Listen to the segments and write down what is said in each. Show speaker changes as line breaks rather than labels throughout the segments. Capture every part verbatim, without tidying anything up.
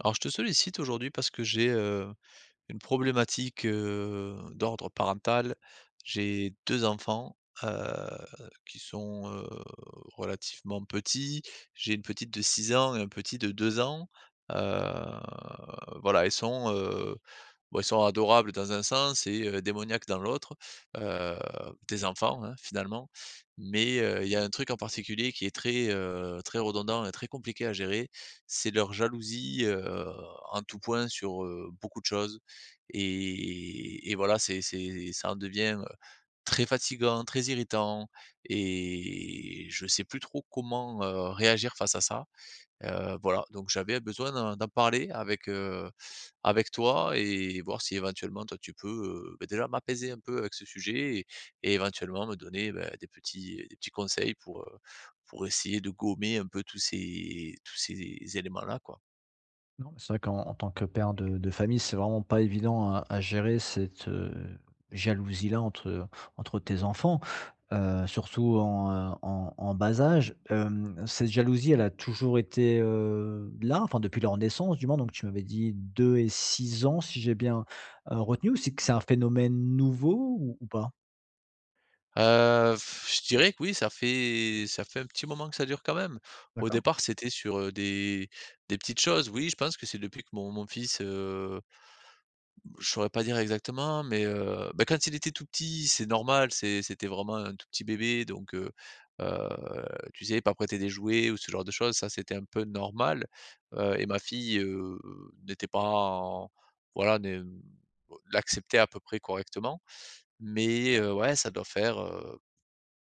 Alors je te sollicite aujourd'hui parce que j'ai, heu, une problématique, heu, d'ordre parental. J'ai deux enfants, heu, qui sont, heu, relativement petits. J'ai une petite de six ans et un petit de deux ans. Heu, voilà, ils sont, heu, bon, ils sont adorables dans un sens et heu, démoniaques dans l'autre, heu, des enfants, hein, finalement. Mais heu, il y a un truc en particulier qui est très, heu, très redondant et très compliqué à gérer, c'est leur jalousie, heu, en tout point sur, heu, beaucoup de choses. Et et voilà, c'est c'est ça en devient, heu, très fatigant, très irritant et je sais plus trop comment, heu, réagir face à ça. Heu, voilà, donc j'avais besoin d'en d'en parler avec, heu, avec toi et voir si éventuellement toi tu peux, heu, beh, déjà m'apaiser un peu avec ce sujet et et éventuellement me donner, bah, des petits des petits conseils pour, heu, pour essayer de gommer un peu tous ces tous ces éléments-là, quoi.
Non, mais c'est vrai qu'en en tant que père de de famille, c'est vraiment pas évident à à gérer cette, heu, jalousie-là entre entre tes enfants, heu, surtout en, heu, en en bas âge. Hem, cette jalousie, elle a toujours été, heu, là, enfin depuis leur naissance du moins, donc tu m'avais dit deux et six ans si j'ai bien, heu, retenu ou c'est que c'est un phénomène nouveau ou ou pas?
Heu, je dirais que oui, ça fait ça fait un petit moment que ça dure quand même. Au
D'accord.
départ, c'était sur, heu, des des petites choses. Oui, je pense que c'est depuis que mon mon fils, heu, je saurais pas dire exactement, mais, heu, bah, quand il était tout petit, c'est normal, c'est c'était vraiment un tout petit bébé donc, heu heu, tu sais, pas prêter des jouets ou ce genre de choses, ça c'était un peu normal, heu et ma fille, heu, n'était pas en voilà, ne l'acceptait à peu près correctement mais, heu, ouais, ça doit faire, heu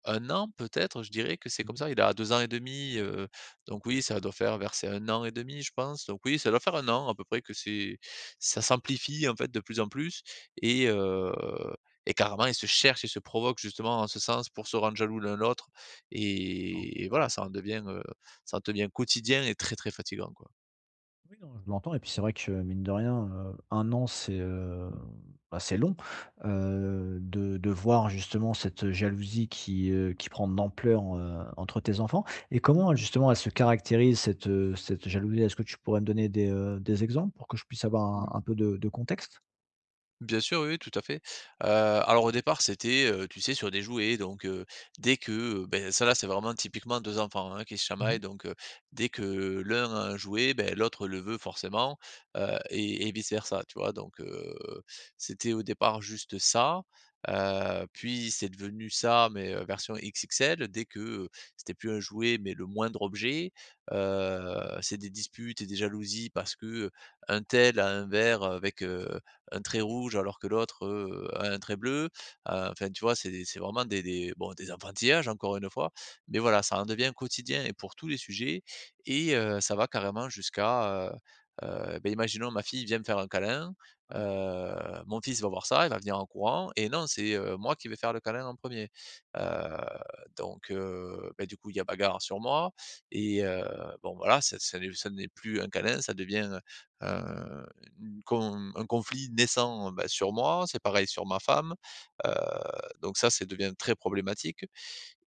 un an peut-être, je dirais que c'est comme
Mmh.
ça. Il a deux ans et demi, deux donc oui, ça doit faire verser un an et demi, je pense. Donc oui, ça doit faire un an à peu près que c'est ça s'amplifie en fait de plus en plus et heu et carrément ils se cherchent, ils se provoquent justement en ce sens pour se rendre jaloux l'un l'autre et et voilà, ça en devient, heu, ça en devient quotidien et très, très fatigant, quoi.
Oui, non, je l'entends et puis c'est vrai que, mine de rien, heu, un an c'est, heu, bah, c'est long, heu, de de voir justement cette jalousie qui, heu, qui prend de l'ampleur, heu, entre tes enfants et comment justement elle se caractérise cette, heu, cette jalousie? Est-ce que tu pourrais me donner des, heu, des exemples pour que je puisse avoir
Hmm.
un un peu de de contexte?
Bien sûr, oui, oui, tout à fait. Heu, alors au départ, c'était, heu, tu sais, sur des jouets, donc heu, dès que, heu, beh, ça là, c'est vraiment typiquement deux enfants, hein, qui se
Mmh.
chamaillent, donc heu, dès que l'un a un jouet, beh, l'autre le veut forcément, heu et et vice versa, tu vois? Donc heu, c'était au départ juste ça, heu, puis c'est devenu ça, mais heu, version X X L, dès que, heu, c'était plus un jouet, mais le moindre objet, heu, c'est des disputes et des jalousies parce que, heu, un tel a un verre avec, heu, un trait rouge alors que l'autre, heu, a un trait bleu. Heu, enfin, tu vois? C'est c'est vraiment des des bon, des apprentissages encore une fois, mais voilà, ça en devient quotidien et pour tous les sujets et heu, ça va carrément jusqu'à, heu heu, beh, imaginons ma fille vient me faire un câlin, heu, mon fils va voir ça, il va venir en courant et non, c'est, heu, moi qui vais faire le câlin en premier er donc heu, beh, du coup, il y a bagarre sur moi et heu, bon voilà, ça ça n'est ça n'est plus un câlin, ça devient, heu, une con un conflit naissant, bah, sur moi, c'est pareil sur ma femme, heu, donc ça, c'est devient très problématique.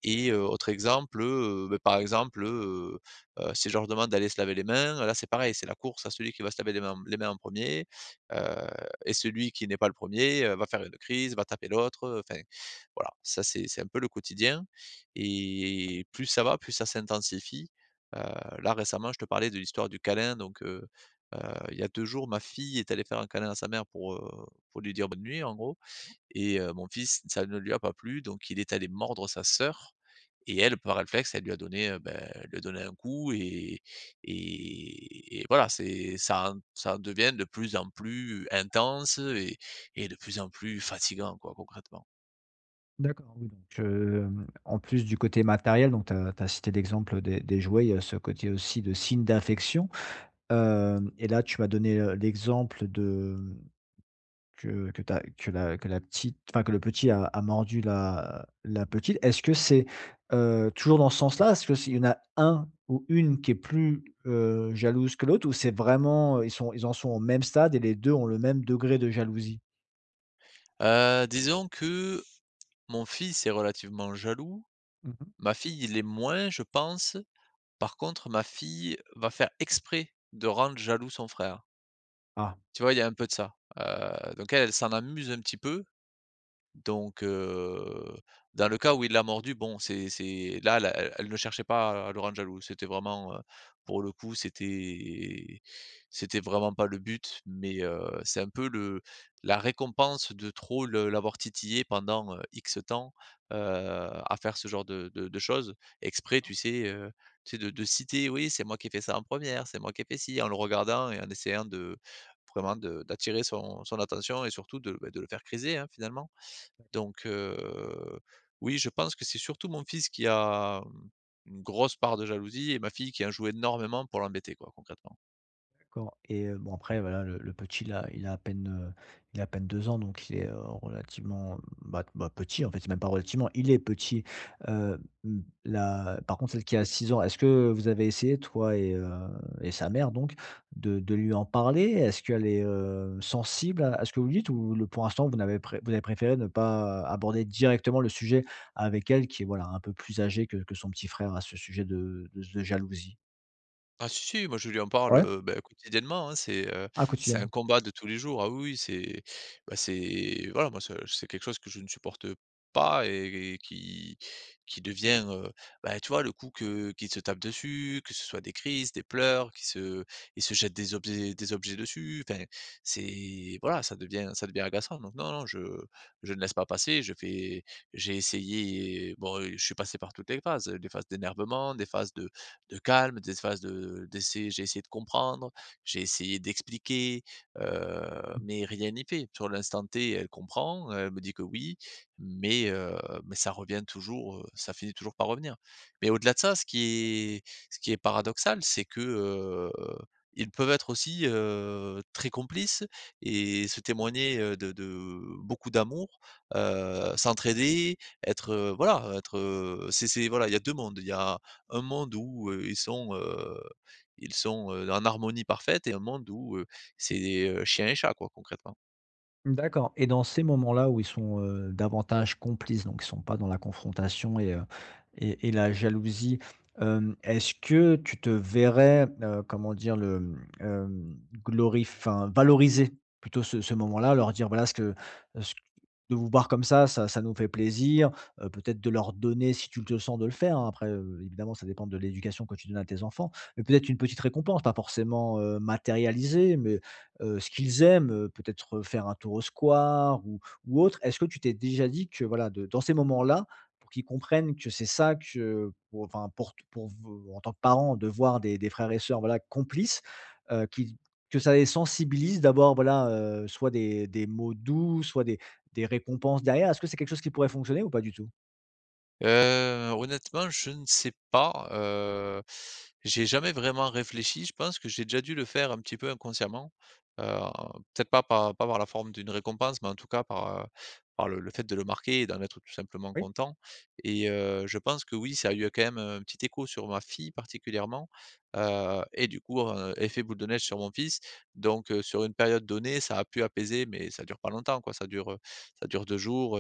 Et heu, autre exemple, heu, beh, par exemple, heu heu, si je leur demande d'aller se laver les mains, là, c'est pareil, c'est la course à celui qui va se laver les mains les mains en premier, er et celui qui n'est pas le premier er va faire une crise, va taper l'autre, heu, enfin, voilà. Ça, c'est c'est un peu le quotidien et plus ça va, plus ça s'intensifie. Heu, Là, récemment, je te parlais de l'histoire du câlin, donc heu heu, il y a deux jours, ma fille est allée faire un câlin à sa mère pour, heu, pour lui dire bonne nuit, en gros et heu, mon fils, ça ne lui a pas plu, donc il est allé mordre sa sœur et elle, par réflexe, elle lui a donné, heu, ben, elle lui a donné un coup et et et voilà, c'est ça en ça devient de plus en plus intense et et de plus en plus fatigant, quoi, concrètement.
D'accord, oui, donc hem, en plus du côté matériel, donc tu as cité l'exemple des des jouets, il y a ce côté aussi de signe d'affection, hem, et là tu m'as donné, heu, l'exemple de... Que que ta que la que la petite, enfin, que le petit a a mordu la la petite. Est-ce que c'est, heu, toujours dans ce sens-là? Est-ce que s'il y en a un ou une qui est plus, heu, jalouse que l'autre ou c'est vraiment, heu, ils sont ils en sont au même stade et les deux ont le même degré de jalousie?
Heu, disons que mon fils est relativement jaloux,
Mmh.
ma fille l'est moins, je pense. Par contre, ma fille va faire exprès de rendre jaloux son frère.
Ah.
Tu vois, il y a un peu de ça. Heu, donc elle, elle s'en amuse un petit peu Donc heu, dans le cas où il l'a mordu, bon, c'est c'est là, elle elle elle ne cherchait pas à le rendre jaloux. C'était vraiment, heu, pour le coup, c'était c'était vraiment pas le but, mais heu, c'est un peu le la récompense de trop le l'avoir titillé pendant, heu, X temps, heu, à faire ce genre de de de choses. Exprès, tu sais, heu, tu sais, de de citer: «Oui, c'est moi qui ai fait ça en première, c'est moi qui ai fait ci», en le regardant et en essayant de vraiment de d'attirer son son attention et surtout de, bah, de le faire criser, hein, finalement. Donc, heu, oui, je pense que c'est surtout mon fils qui a, mmh, une grosse part de jalousie et ma fille qui en joue énormément pour l'embêter, quoi, concrètement.
D'accord. Et heu, bon, après voilà, le le petit là, il a à peine, heu, il a à peine deux ans, donc il est, heu, relativement bah bah petit, en fait, c'est même pas relativement, il est petit. Heu, mmh, la, par contre celle qui a six ans, est-ce que vous avez essayé toi et heu et sa mère donc de de lui en parler? Est-ce qu'elle est, heu, sensible à à ce que vous dites ou le pour l'instant vous n'avez pré vous avez préféré ne pas aborder directement le sujet avec elle qui est voilà un peu plus âgée que que son petit frère à ce sujet de de de jalousie?
Ah si, si, moi je lui en parle,
Ouais?
heu, bah, quotidiennement, hein, c'est, heu,
Ah,
c'est un
quotidienne.
combat de tous les jours. Ah oui, oui, c'est bah, c'est voilà, moi c'est c'est quelque chose que je ne supporte pas et et qui qui devient, heu, bah, tu vois le coup que qu'il se tape dessus, que ce soit des crises, des pleurs, qui se il se jette des objets des objets dessus, enfin, c'est voilà, ça devient ça devient agaçant donc non, non, je je ne laisse pas passer, je fais j'ai essayé bon, je suis passé par toutes les phases, des phases d'énervement, des phases de de calme, des phases de d'essayer j'ai essayé de comprendre, j'ai essayé d'expliquer, heu, mais rien n'y fait. Sur l'instant T, elle comprend, elle me dit que oui, mais heu, mais ça revient toujours, heu, ça finit toujours par revenir. Mais au-delà de ça, ce qui est ce qui est paradoxal, c'est que, heu, ils peuvent être aussi, heu, très complices et se témoigner, heu, de de beaucoup d'amour, heu, s'entraider, être, heu, voilà, être, heu, c'est c'est voilà, il y a deux mondes. Il y a un monde où, heu, ils sont, heu, ils sont, heu, en harmonie parfaite et un monde où, heu, c'est, heu, chien et chat quoi concrètement.
D'accord. Et dans ces moments-là où ils sont, heu, davantage complices, donc ils sont pas dans la confrontation et heu et et la jalousie, hem, est-ce que tu te verrais, heu, comment dire? Le, mmh, glorif enfin, valoriser plutôt ce ce moment-là, leur dire: «Voilà ce que ce de vous voir comme ça, ça ça nous fait plaisir», heu, peut-être de leur donner, si tu le sens de le faire, hein, après, heu, évidemment, ça dépend de l'éducation que tu donnes à tes enfants, mais peut-être une petite récompense, pas forcément, heu, matérialisée, mais heu, ce qu'ils aiment, heu, peut-être faire un tour au square ou ou autre. Est-ce que tu t'es déjà dit que voilà, de dans ces moments-là, pour qu'ils comprennent que c'est ça que pour enfin, pour pour vous en tant que parents, de voir des des frères et sœurs, voilà, complices, heu, qu'ils que ça les sensibilise d'abord, voilà, heu, soit des des mots doux, soit des des récompenses derrière? Est-ce que c'est quelque chose qui pourrait fonctionner ou pas du tout?
Heu, honnêtement, je ne sais pas, heu, j'ai jamais vraiment réfléchi. Je pense que j'ai déjà dû le faire un petit peu inconsciemment, heu, peut-être pas par pas par la forme d'une récompense, mais en tout cas par, heu, par le le fait de le marquer et d'en être tout simplement
Oui.
content et heu, je pense que oui, ça a eu quand même un petit écho sur ma fille particulièrement, heu et du coup, heu, effet boule de neige sur mon fils donc heu, sur une période donnée, ça a pu apaiser mais ça dure pas longtemps quoi, ça dure, heu, ça dure deux jours,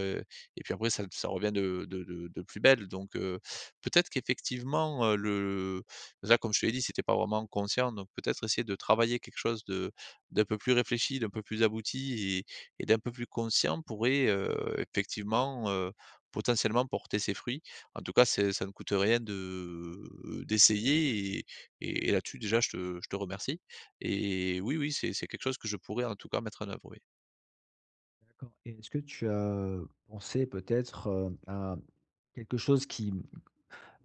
et puis après ça ça revient de de de de plus belle donc heu, peut-être qu'effectivement, heu, le déjà comme je te l'ai dit, c'était pas vraiment conscient donc peut-être essayer de travailler quelque chose de d'un peu plus réfléchi, d'un peu plus abouti et et d'un peu plus conscient pourrait, heu, effectivement, heu, potentiellement porter ses fruits. En tout cas, c'est ça ne coûte rien de d'essayer et et et là-dessus déjà je te je te remercie et oui, oui, c'est c'est quelque chose que je pourrais en tout cas mettre en œuvre, oui.
D'accord. Et est-ce que tu as pensé peut-être, heu, à quelque chose qui...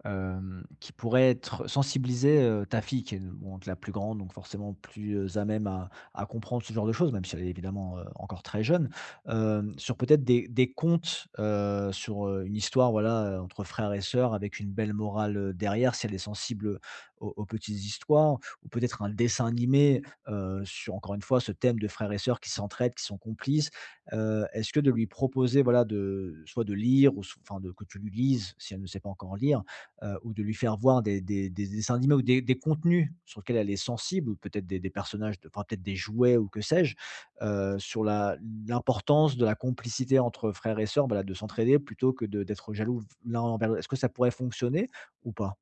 Hem, qui pourrait être sensibiliser, heu, ta fille qui est bon, donc la plus grande, donc forcément plus, heu, à même à à comprendre ce genre de choses, même si elle est évidemment, heu, encore très jeune. Hem, sur peut-être des des contes, heu, sur, heu, une histoire, voilà, heu, entre frères et sœurs avec une belle morale, heu, derrière, si elle est sensible, aux aux petites histoires ou peut-être un dessin animé, heu, sur encore une fois ce thème de frères et sœurs qui s'entraident, qui sont complices. Heu, est-ce que de lui proposer, voilà, de soit de lire ou s enfin de que tu lui lises si elle ne sait pas encore lire, heu, ou de lui faire voir des des des dessins animés ou des des contenus sur lesquels elle est sensible ou peut-être des des personnages de enfin, peut-être des jouets ou que sais-je, heu, sur la l'importance de la complicité entre frères et sœurs, voilà, de s'entraider plutôt que de d'être jaloux v l'un envers l'au est-ce que ça pourrait fonctionner ou pas?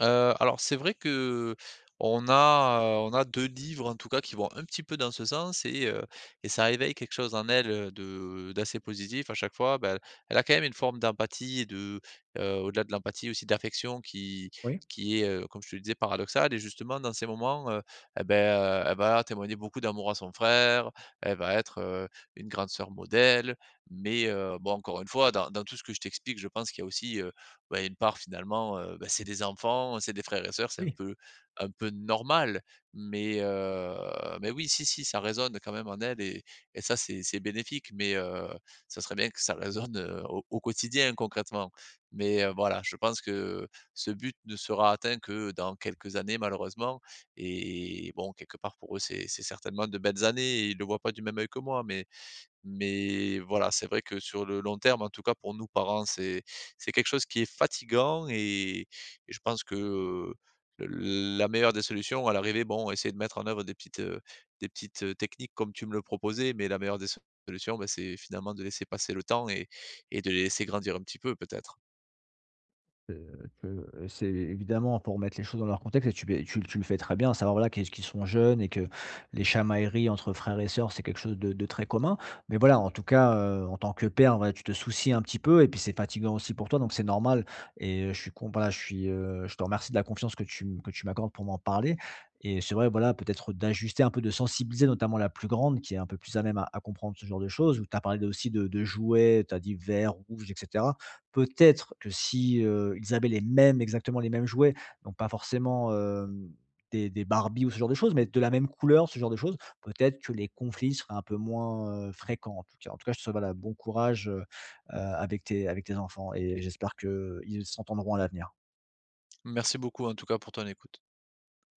Heu, alors c'est vrai que on a, heu, on a deux livres en tout cas qui vont un petit peu dans ce sens et heu et ça réveille quelque chose en elle, heu, de d'assez positif à chaque fois. Ben, elle a quand même une forme d'empathie et de, heu, au-delà de l'empathie aussi d'affection qui
Oui?
qui est, heu, comme je te le disais paradoxale et justement dans ces moments, heu et beh, heu, elle va témoigner beaucoup d'amour à son frère, elle va être, heu, une grande sœur modèle mais heu, bon encore une fois dans dans tout ce que je t'explique je pense qu'il y a aussi, euh, bah, une part finalement, heu, bah, c'est des enfants, c'est des frères et sœurs, c'est un
Oui.
peu un peu normal. Mais, heu, mais oui, si, si, ça résonne quand même en elle et et ça c'est c'est bénéfique. Mais, heu, ça serait bien que ça résonne, heu, au au quotidien concrètement. Mais, heu, voilà, je pense que ce but ne sera atteint que dans quelques années malheureusement et bon quelque part pour eux c'est c'est certainement de belles années et ils le voient pas du même œil que moi mais mais voilà, c'est vrai que sur le long terme, en tout cas pour nous parents, c'est c'est quelque chose qui est fatigant et et je pense que, heu, le la meilleure des solutions à l'arrivée, bon, essayer de mettre en œuvre des petites, heu, des petites, heu, techniques comme tu me le proposais, mais la meilleure des so- solutions, bah, c'est finalement de laisser passer le temps et et de les laisser grandir un petit peu peut-être.
Heu, que, euh, c'est évidemment pour mettre les choses dans leur contexte et tu beh, tu le tu le fais très bien, à savoir, voilà, qu'ils qu'ils sont jeunes et que les chamailleries entre frères et sœurs, c'est quelque chose de de très commun. Mais voilà, en tout cas, heu, en tant que père, voilà, tu te soucies un petit peu et puis c'est fatigant aussi pour toi, donc c'est normal. Et heu, je suis com voilà, je suis, heu, je te remercie de la confiance que tu m que tu m'accordes pour m'en parler. Et c'est vrai, voilà, peut-être d'ajuster un peu, de sensibiliser notamment la plus grande qui est un peu plus à même à à comprendre ce genre de choses, où tu as parlé aussi de de jouets, tu as dit: vert, rouge» et cetera. Peut-être que si, heu, ils avaient les mêmes, exactement les mêmes jouets, donc pas forcément, hem, des des Barbie ou ce genre de choses, mais de la même couleur, ce genre de choses, peut-être que les conflits seraient un peu moins, heu, fréquents, en tout cas. En tout cas, je te souhaite, voilà, bon courage, heu heu, avec tes avec tes enfants et j'espère qu'ils s'entendront à l'avenir.
Merci beaucoup en tout cas pour ton écoute.